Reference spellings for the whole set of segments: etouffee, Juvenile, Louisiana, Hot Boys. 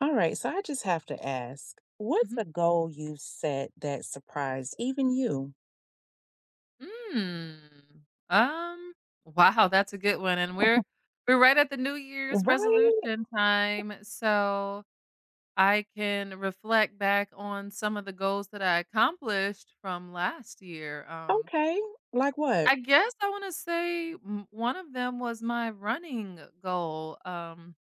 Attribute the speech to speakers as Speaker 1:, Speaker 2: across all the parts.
Speaker 1: All right, so I just have to ask, what's
Speaker 2: Mhm.
Speaker 1: a goal you've set that surprised even you?
Speaker 2: Mm. Um, wow, that's a good one, and we're right at the New Year's
Speaker 1: Right?
Speaker 2: resolution time, so I can reflect back on some of the goals that I accomplished from last year.
Speaker 1: Okay. Like what?
Speaker 2: I guess I wanna say m one of them was my running goal.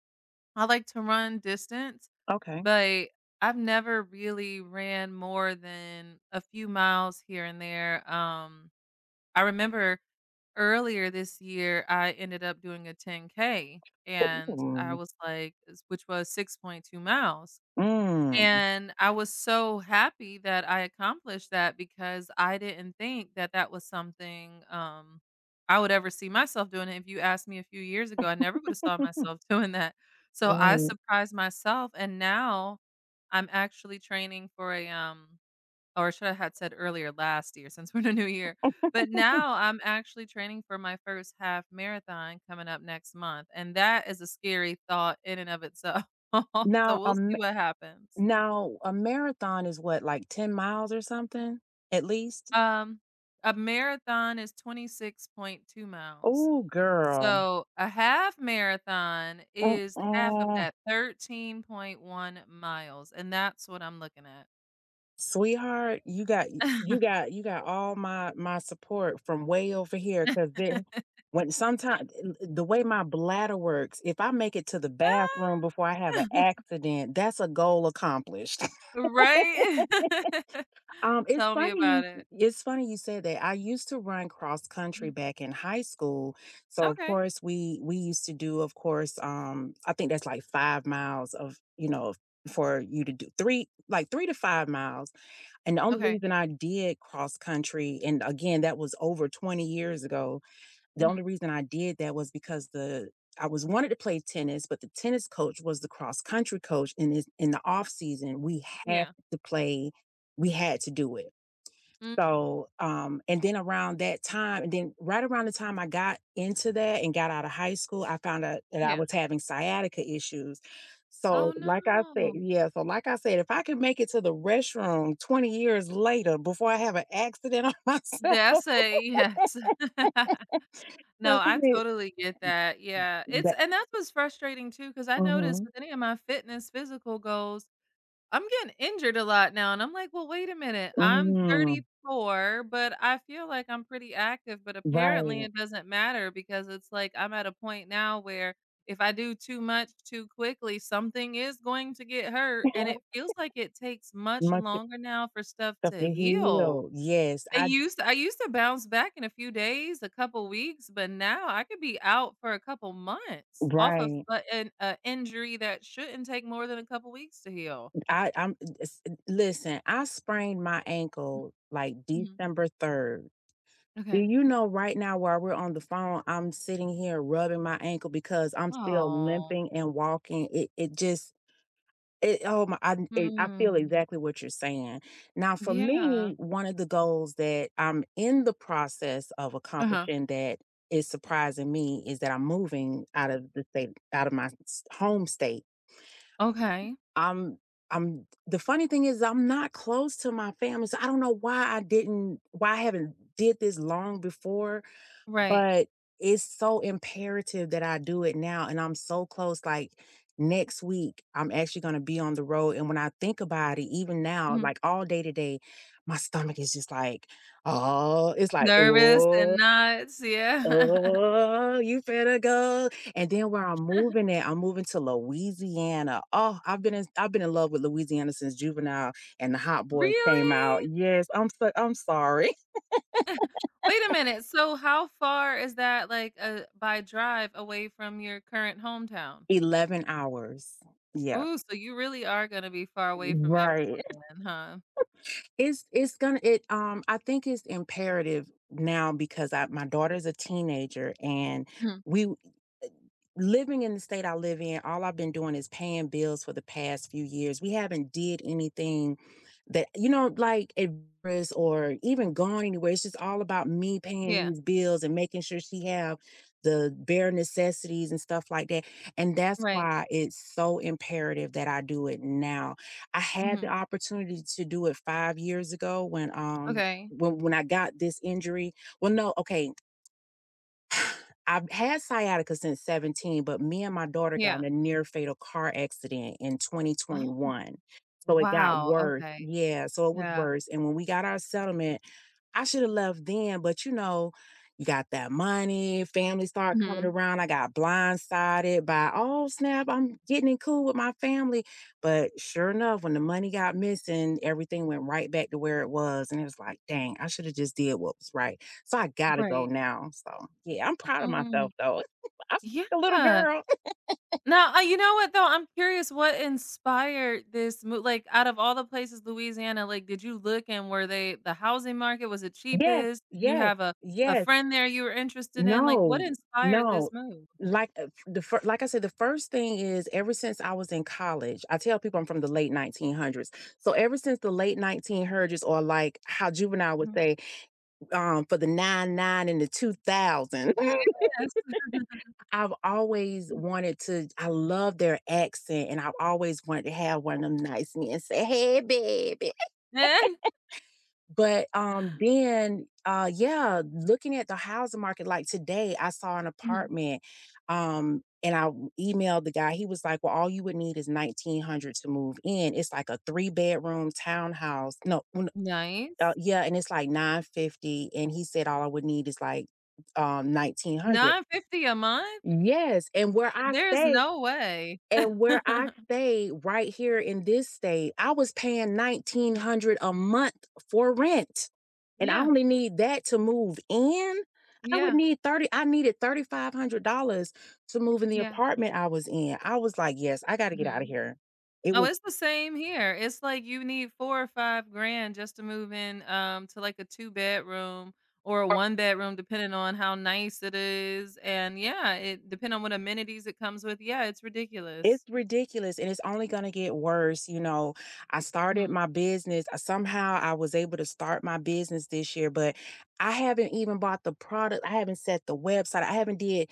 Speaker 2: I like to run distance,
Speaker 1: Okay.
Speaker 2: but I've never really ran more than a few miles here and there, I remember earlier this year, I ended up doing a 10K and I
Speaker 1: Ooh.
Speaker 2: was like, which was 6.2 miles.
Speaker 1: Mm.
Speaker 2: And I was so happy that I accomplished that because I didn't think that that was something I would ever see myself doing. If you asked me a few years ago, I never would have saw myself doing that. So I
Speaker 1: Right.
Speaker 2: surprised myself. And now I'm actually training for a or should I had said earlier last year since we're in a new year. But now I'm actually training for my first half marathon coming up next month, and that is a scary thought in and of itself. So
Speaker 1: Now,
Speaker 2: we'll
Speaker 1: um,
Speaker 2: see what happens.
Speaker 1: now a marathon is what, like 10 miles or something, at least?
Speaker 2: Um, a marathon is 26.2 miles.
Speaker 1: Oh, girl.
Speaker 2: So a half marathon is half of
Speaker 1: Mm-mm.
Speaker 2: that 13.1 miles, and that's what I'm looking at.
Speaker 1: Sweetheart, you got you got you got all my support from way over here. Cause then when sometimes the way my bladder works, if I make it to the bathroom before I have an accident, that's a goal accomplished.
Speaker 2: Right?
Speaker 1: Um, it's
Speaker 2: Tell me
Speaker 1: funny
Speaker 2: about
Speaker 1: you
Speaker 2: it.
Speaker 1: it's funny you said that. I used to run cross country
Speaker 2: Mhm.
Speaker 1: back in high school. So of
Speaker 2: Okay.
Speaker 1: course we used to do, of course, I think that's like 5 miles of, for you to do three, like 3 to 5 miles. And the only
Speaker 2: Okay.
Speaker 1: reason I did cross country, and again, that was over 20 years ago, the only
Speaker 2: Mhm.
Speaker 1: reason I did that was because the I was wanted to play tennis, but the tennis coach was the cross country coach, and it's in the off season,
Speaker 2: Yeah.
Speaker 1: to play, we had to do it.
Speaker 2: Mm.
Speaker 1: So, and then around that time, and then right around the time I got into that and got out of high school, I found out that I
Speaker 2: Yeah.
Speaker 1: was having sciatica issues.
Speaker 2: Oh,
Speaker 1: So, like I said,
Speaker 2: no.
Speaker 1: yeah, so like I said, if I can make it to the restroom 20 years later before I have an accident on
Speaker 2: The
Speaker 1: myself,
Speaker 2: essay, yes. No,
Speaker 1: that's
Speaker 2: I
Speaker 1: it.
Speaker 2: totally get that. Yeah. It's
Speaker 1: That,
Speaker 2: and that's what's frustrating too because I noticed
Speaker 1: hmm
Speaker 2: with any of my fitness, physical goals, I'm getting injured a lot now, and I'm like, "Well, wait a minute. I'm 34, but I feel like I'm pretty active, but apparently
Speaker 1: Right.
Speaker 2: it doesn't matter because it's like I'm at a point now where if I do too much too quickly, something is going to get hurt, and it feels like it takes much
Speaker 1: Much
Speaker 2: longer now for stuff
Speaker 1: stuff
Speaker 2: to
Speaker 1: to
Speaker 2: heal.
Speaker 1: heal. Yes,
Speaker 2: It
Speaker 1: I
Speaker 2: used I used to bounce back in a few days, a couple weeks, but now I could be out for a couple months off of
Speaker 1: right.
Speaker 2: s- a an a injury that shouldn't take more than a couple weeks to heal.
Speaker 1: I I'm it's listen, I sprained my ankle like December 3rd. Do
Speaker 2: Okay.
Speaker 1: you know right now while we're on the phone, I'm sitting here rubbing my ankle because I'm still
Speaker 2: Oh.
Speaker 1: limping and walking. It just It oh my I it I feel
Speaker 2: Mm.
Speaker 1: exactly what you're saying. Now for
Speaker 2: Yeah.
Speaker 1: me, one of the goals that I'm in the process of
Speaker 2: Uh-huh.
Speaker 1: accomplishing that is surprising me is that I'm moving out of the state out of home state.
Speaker 2: Okay.
Speaker 1: I'm I'm The funny thing is I'm not close to my family, so I don't know why I haven't did this long before,
Speaker 2: Right.
Speaker 1: but it's so imperative that I do it now, and I'm so close, like, next week, I'm actually gonna be on the road, and when I think about it, even now,
Speaker 2: Mhm.
Speaker 1: like, all day today, my stomach is just like, "Oh," it's like,
Speaker 2: Nervous and
Speaker 1: "Oh,
Speaker 2: nuts, yeah.
Speaker 1: oh, you better go," and then where I'm moving at, I'm moving to Louisiana. Oh, I've been in love with Louisiana since Juvenile and the Hot Boys came out.
Speaker 2: Really?
Speaker 1: Yes, I'm so I'm sorry.
Speaker 2: Wait a minute, so how far is that, like, by drive away from your current hometown?
Speaker 1: 11 hours. Yeah.
Speaker 2: Ooh, so you really are gonna be far away from
Speaker 1: Right.
Speaker 2: everyone then, huh?
Speaker 1: It's gonna it I think it's imperative now because I my daughter's a teenager and
Speaker 2: Mhm.
Speaker 1: we living in the state I live in, all I've been doing is paying bills for the past few years. We haven't did anything that like adventurous or even gone anywhere. It's just all about me paying
Speaker 2: Yeah.
Speaker 1: these bills and making sure she have the bare necessities and stuff like that. And that's
Speaker 2: Right.
Speaker 1: why it's so imperative that I do it now. I had the
Speaker 2: Mhm.
Speaker 1: opportunity to do it 5 years ago when
Speaker 2: Okay.
Speaker 1: I got this injury. Well, no, okay, I've had sciatica since 17, but me and my daughter got
Speaker 2: Yeah.
Speaker 1: in a near fatal car accident in
Speaker 2: Oh,
Speaker 1: 2021. So it got
Speaker 2: wow,
Speaker 1: worse.
Speaker 2: okay.
Speaker 1: Yeah, so it was
Speaker 2: Yeah.
Speaker 1: worse. And when we got our settlement, I should have left then, but you know, you got that money, family start coming
Speaker 2: Mhm.
Speaker 1: around. I got blindsided by, oh snap, I'm getting in cool with my family. But sure enough, when the money got missing, everything went right back to where it was. And it was like, dang, I should have just did what was right. So I gotta go
Speaker 2: Right.
Speaker 1: now. So yeah, I'm proud of
Speaker 2: Mm.
Speaker 1: myself though. I was a little
Speaker 2: Yeah.
Speaker 1: girl.
Speaker 2: Now, you know what though? I'm curious what inspired this move. Like, out of all the places, Louisiana, like, did you look and were they the housing market was it
Speaker 1: Yes,
Speaker 2: cheapest? Did you
Speaker 1: yes,
Speaker 2: have a
Speaker 1: yes.
Speaker 2: friend there you were interested in? Like, what
Speaker 1: No,
Speaker 2: inspired this
Speaker 1: no.
Speaker 2: move?
Speaker 1: Like like I said, the first thing is ever since I was in college, I tell people I'm from the late 1900s. So ever since the late 1900s, or like how juvenile would
Speaker 2: Mhm.
Speaker 1: say, for the nine nine and the 2000,
Speaker 2: Yes.
Speaker 1: I've always wanted to. I love their accent, and I've always wanted to have one of them nice men say, "Hey, baby."
Speaker 2: Eh?
Speaker 1: But, yeah, looking at the housing market, like today, I saw an
Speaker 2: Mhm.
Speaker 1: apartment, emailed the guy. He was like, "Well, all you would need is 1,900 to move in." It's like a three-bedroom townhouse. No, n-
Speaker 2: Nice.
Speaker 1: yeah, and it's like 950, and he said all I would need is like, 1,900.
Speaker 2: 950 a month?
Speaker 1: Yes,
Speaker 2: There's no way.
Speaker 1: and where I stay right here in this state, I was paying 1,900 a month for rent and I
Speaker 2: Yeah.
Speaker 1: only need that to move in. I would
Speaker 2: Yeah.
Speaker 1: need 30 I needed $3,500 to move in the
Speaker 2: Yeah.
Speaker 1: apartment I was in. I was like, "Yes, I gotta get out of
Speaker 2: Mhm.
Speaker 1: here." It
Speaker 2: Oh,
Speaker 1: was
Speaker 2: it's the same here. It's like you need 4 or 5 grand just to move in to like a two bedroom or a one bedroom, depending on how nice it is. And yeah, it depend on what amenities it comes with. Yeah, it's
Speaker 1: it's
Speaker 2: ridiculous.
Speaker 1: ridiculous and it's only gonna get worse, you know. I started
Speaker 2: Hmm.
Speaker 1: my business. I somehow I was able to start my business this year, but I haven't even bought the product. I haven't set the website. I haven't did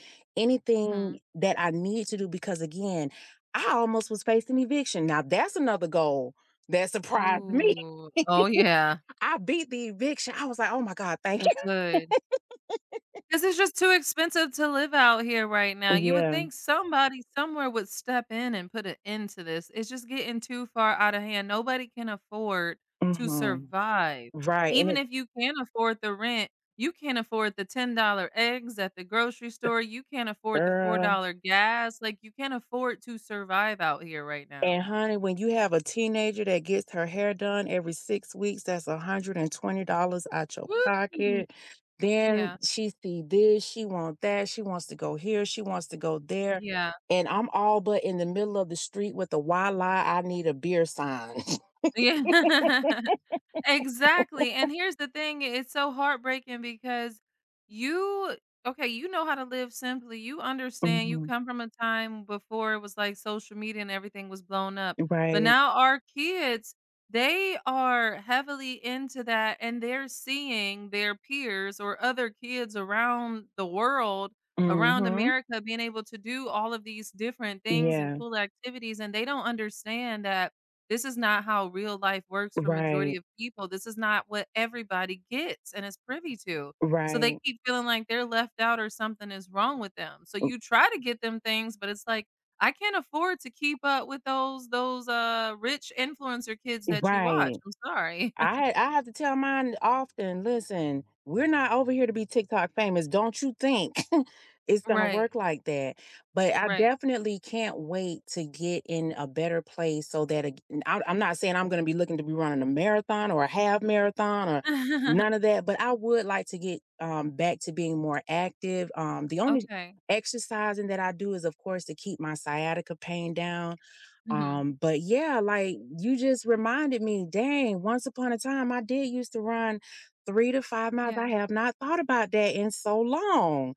Speaker 2: Hmm.
Speaker 1: anything that I need to do because again, I almost was facing eviction. Now that's another goal that surprised me.
Speaker 2: Ooh. Oh, yeah.
Speaker 1: I beat the eviction. I was like, "Oh my god, thank
Speaker 2: Well, good. This is just too expensive to live out here right now.
Speaker 1: you."
Speaker 2: You would
Speaker 1: Yeah,
Speaker 2: think somebody somewhere would step in and put an end to this. It's just getting too far out of hand. Nobody can afford
Speaker 1: mm
Speaker 2: to
Speaker 1: mhm.
Speaker 2: survive.
Speaker 1: Right, and
Speaker 2: Even
Speaker 1: it's
Speaker 2: if you can afford the rent, you can't afford the $10 eggs at the grocery store. You can't afford the
Speaker 1: girl.
Speaker 2: $4 gas. Like, you can't afford to survive out here right now.
Speaker 1: And honey, when you have a teenager that gets her hair done every 6 weeks, that's $120 out your
Speaker 2: Woo!
Speaker 1: pocket. Then
Speaker 2: Yeah.
Speaker 1: she see this, she want that, she wants to go here, she wants to go there,
Speaker 2: Yeah.
Speaker 1: and I'm all but in the middle of the street with a "Why lie, I need a beer" sign.
Speaker 2: Yeah. Exactly, and here's the thing, it's so heartbreaking because you okay, you know how to live simply, you understand, you
Speaker 1: Mhm.
Speaker 2: come from a time before it was like social media and everything was blown up, but
Speaker 1: Right.
Speaker 2: now our kids, they are heavily into that and they're seeing their peers or other kids around the world, around
Speaker 1: Mhm.
Speaker 2: America being able to do all of these different things and
Speaker 1: Yeah.
Speaker 2: cool activities, and they don't understand that this is not how real life works for majority
Speaker 1: Right.
Speaker 2: of people. This is not what everybody gets and is privy to. So they
Speaker 1: Right.
Speaker 2: keep feeling like they're left out or something is wrong with them. So you try to get them things, but it's like, I can't afford to keep up with those rich influencer kids that you watch.
Speaker 1: Right.
Speaker 2: I'm sorry.
Speaker 1: I have to tell mine often, listen, we're not over here to be TikTok famous. Don't you think it's gonna
Speaker 2: Right.
Speaker 1: work like that? But I
Speaker 2: Right.
Speaker 1: definitely can't wait to get in a better place so that I'm not saying I'm gonna be looking to be running a marathon or a half marathon or none of that, but I would like to get back to being more active. The only
Speaker 2: Okay.
Speaker 1: exercising that I do is, of course, to keep my sciatica pain down,
Speaker 2: Hmm.
Speaker 1: but yeah, like you just reminded me, dang, once upon a time I did used to run 3 to 5 miles. I
Speaker 2: Yeah.
Speaker 1: have not thought about that in so long.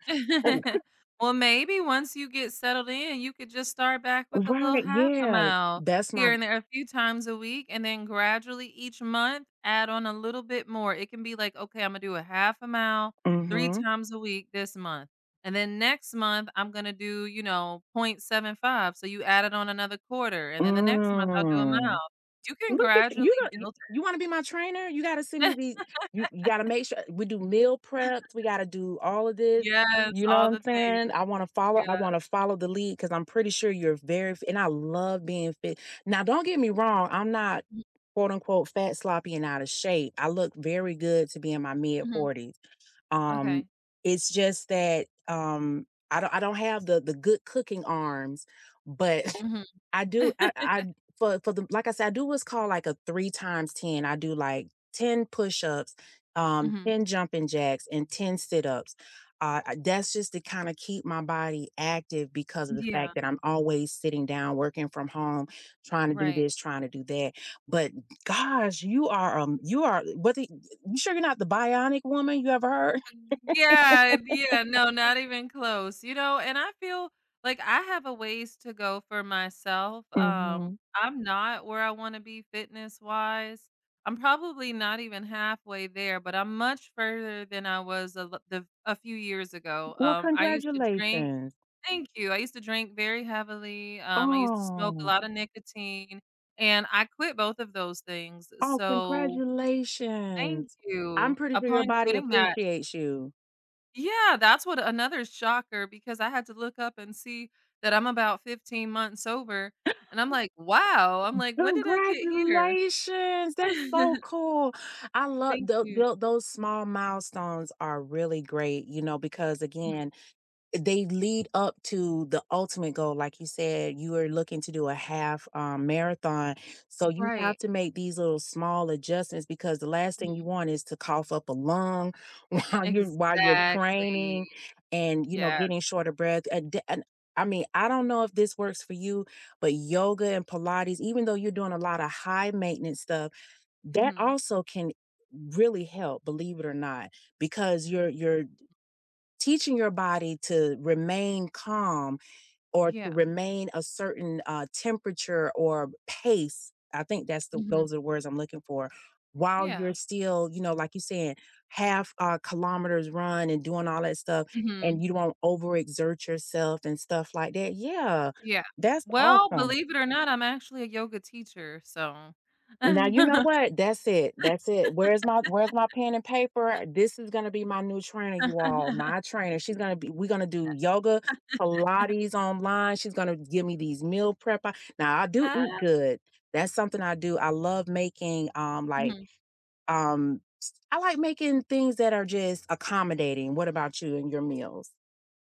Speaker 1: Uh,
Speaker 2: Well, maybe once you get settled in, you could just start back with a little
Speaker 1: Right,
Speaker 2: half a
Speaker 1: yeah.
Speaker 2: mile
Speaker 1: That's my
Speaker 2: here and there a few times a week, and then gradually each month add on a little bit more. It can be like, okay, I'm gonna do a half a mile three
Speaker 1: mm-hmm.
Speaker 2: times a week this month. And then next month, I'm gonna do, you know, .75. So you added on another quarter, and then the next month I'll do a
Speaker 1: Mm.
Speaker 2: mile. You can
Speaker 1: Look at you, you
Speaker 2: gradually
Speaker 1: gon' you
Speaker 2: build
Speaker 1: you wanna be my trainer? You gotta send me
Speaker 2: it.
Speaker 1: these you gotta make sure we do meal preps, we gotta do all of this,
Speaker 2: Yes,
Speaker 1: you know what
Speaker 2: all
Speaker 1: I'm
Speaker 2: the things.
Speaker 1: saying? I
Speaker 2: Yeah.
Speaker 1: wanna follow the lead because 'cause I'm pretty sure you're very f and I love being fit. Now, don't get me wrong, I'm not, quote, unquote, "fat, sloppy, and out of shape." I look very good to be in my
Speaker 2: Mhm.
Speaker 1: mid-40s. Um,
Speaker 2: Okay.
Speaker 1: it's just that, I don't have the good cooking arms, but
Speaker 2: Hmm.
Speaker 1: I do I for the like I said, I do what's called like a 3 times 10. I do like 10 push-ups,
Speaker 2: Hmm.
Speaker 1: 10 jumping jacks, and 10 sit-ups. I that's just to kinda keep my body active because of the
Speaker 2: Yeah,
Speaker 1: fact that I'm always sitting down, working from home, trying to do
Speaker 2: right.
Speaker 1: this, trying to do that. But gosh, you are whether you sure you're not the bionic woman you ever heard?
Speaker 2: Yeah, yeah, no, not even close, you know, and I feel like I have a ways to go for myself.
Speaker 1: Mhm.
Speaker 2: I'm not where I wanna be fitness-wise. I'm probably not even halfway there, but I'm much further than I was a l the a few years ago.
Speaker 1: Well,
Speaker 2: I used to drink.
Speaker 1: congratulations.
Speaker 2: Thank you. I used to drink very heavily, I used to smoke a
Speaker 1: Oh.
Speaker 2: lot of nicotine, and I quit both of those things,
Speaker 1: Oh,
Speaker 2: so thank
Speaker 1: congratulations. I'm
Speaker 2: you.
Speaker 1: pretty sure your
Speaker 2: Upon
Speaker 1: body
Speaker 2: quitting that.
Speaker 1: appreciates you.
Speaker 2: Yeah, that's what another shocker because I had to look up and see that I'm about 15 months sober, and I'm like, "Wow." I'm like, "When did I get here?"
Speaker 1: Congratulations. That's so cool. I love
Speaker 2: Thank you.
Speaker 1: those small milestones are really great, you know, because
Speaker 2: Mhm.
Speaker 1: again they lead up to the ultimate goal. Like you said, you are looking to do a half marathon. So you have
Speaker 2: Right.
Speaker 1: to make these little small adjustments because the last thing you
Speaker 2: Mhm.
Speaker 1: want is to cough up a lung while you're training
Speaker 2: Exactly.
Speaker 1: and you know
Speaker 2: Yeah.
Speaker 1: getting short of breath. I mean, I don't know if this works for you, but yoga and Pilates, even though you're doing a lot of high maintenance stuff, that
Speaker 2: Mhm.
Speaker 1: also can really help, believe it or not, because you're teaching your body to remain calm or to
Speaker 2: Yeah.
Speaker 1: remain a certain temperature or pace. I think that's the
Speaker 2: Mhm.
Speaker 1: those are the words I'm looking for. While you're
Speaker 2: Yeah.
Speaker 1: still, you know, like you saying, half kilometers run and doing all that stuff,
Speaker 2: Mhm.
Speaker 1: and you don't overexert yourself and stuff like that. Yeah,
Speaker 2: Yeah.
Speaker 1: that's
Speaker 2: Well,
Speaker 1: awesome.
Speaker 2: believe it or not, I'm actually a yoga teacher, so.
Speaker 1: Now you know what? That's it. That's it. Where's my pen and paper? This is gonna be my new trainer, you all. My trainer. She's gonna be we're gonna do yoga, Pilates online. She's gonna give me these meal prep. Now I do eat good. That's something I do. I love making
Speaker 2: Mhm.
Speaker 1: I like making things that are just accommodating. What about you and your meals?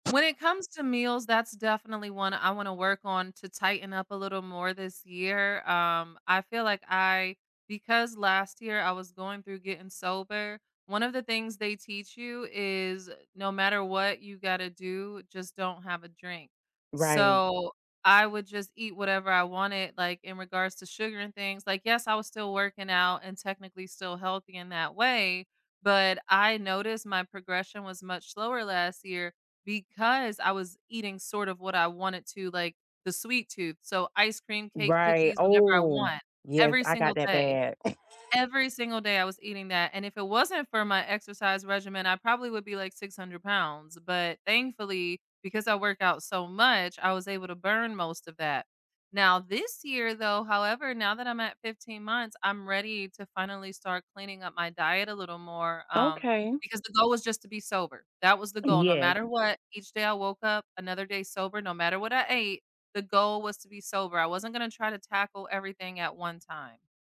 Speaker 2: When it comes to meals, that's definitely one I wanna work on to tighten up a little more this year. I feel like I because last year I was going through getting sober, one of the things they teach you is no matter what you gotta do, just don't have a drink.
Speaker 1: Right.
Speaker 2: So, I would just eat whatever I wanted, like, in regards to sugar and things. Like, yes, I was still working out and technically still healthy in that way, but I noticed my progression was much slower last year because I was eating sort of what I wanted to, like, the sweet tooth, so ice cream, cake,
Speaker 1: Right.
Speaker 2: cookies whenever I
Speaker 1: Oh
Speaker 2: want,
Speaker 1: yes,
Speaker 2: every
Speaker 1: I got
Speaker 2: single
Speaker 1: that
Speaker 2: day.
Speaker 1: bad.
Speaker 2: Every single day I was eating that, and if it wasn't for my exercise regimen, I probably would be like 600 pounds, but thankfully, because I work out so much, I was able to burn most of that. Now this year though, however, now that I'm at 15 months, I'm ready to finally start cleaning up my diet a little more,
Speaker 1: Okay.
Speaker 2: because the goal was just to be sober. That was the goal, no
Speaker 1: Yes.
Speaker 2: matter what, each day I woke up, another day sober, no matter what I ate, the goal was to be sober. I wasn't gonna try to tackle everything at one time.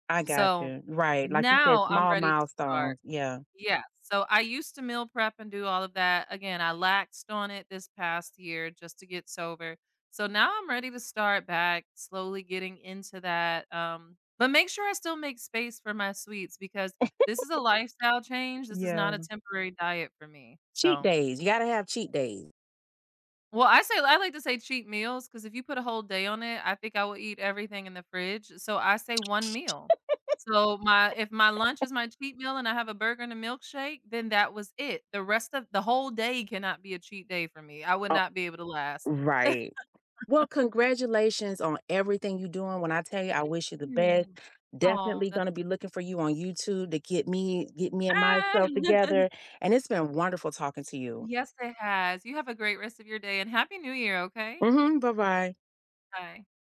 Speaker 1: I got
Speaker 2: So,
Speaker 1: you. Right, like you said,
Speaker 2: now I'm
Speaker 1: small
Speaker 2: ready to start.
Speaker 1: milestones. Yeah.
Speaker 2: Yeah, so I used to meal prep and do all of that. Again, I laxed on it this past year just to get sober. So now I'm ready to start back slowly getting into that, but make sure I still make space for my sweets because this is a lifestyle change. This is
Speaker 1: Yeah.
Speaker 2: not a temporary diet for me.
Speaker 1: Cheat
Speaker 2: So,
Speaker 1: days, you gotta have cheat days.
Speaker 2: well, I like to say cheat meals because if you put a whole day on it, I think I will eat everything in the fridge, so I say one meal. So my if my lunch is my cheat meal and I have a burger and a milkshake, then that was it. The rest of the whole day cannot be a cheat day for me. I would
Speaker 1: Uh,
Speaker 2: not be able to last.
Speaker 1: right. Well, congratulations on everything you are doing. When I tell you, I wish you the best.
Speaker 2: Mm. Aw,
Speaker 1: Definitely
Speaker 2: that's.
Speaker 1: gonna be looking for you on YouTube to get me and
Speaker 2: Ah!
Speaker 1: myself together, and it's been wonderful talking to you.
Speaker 2: Yes, it has. You have a great rest of your day, and happy New Year, okay?
Speaker 1: Mhm, bye-bye.
Speaker 2: Bye.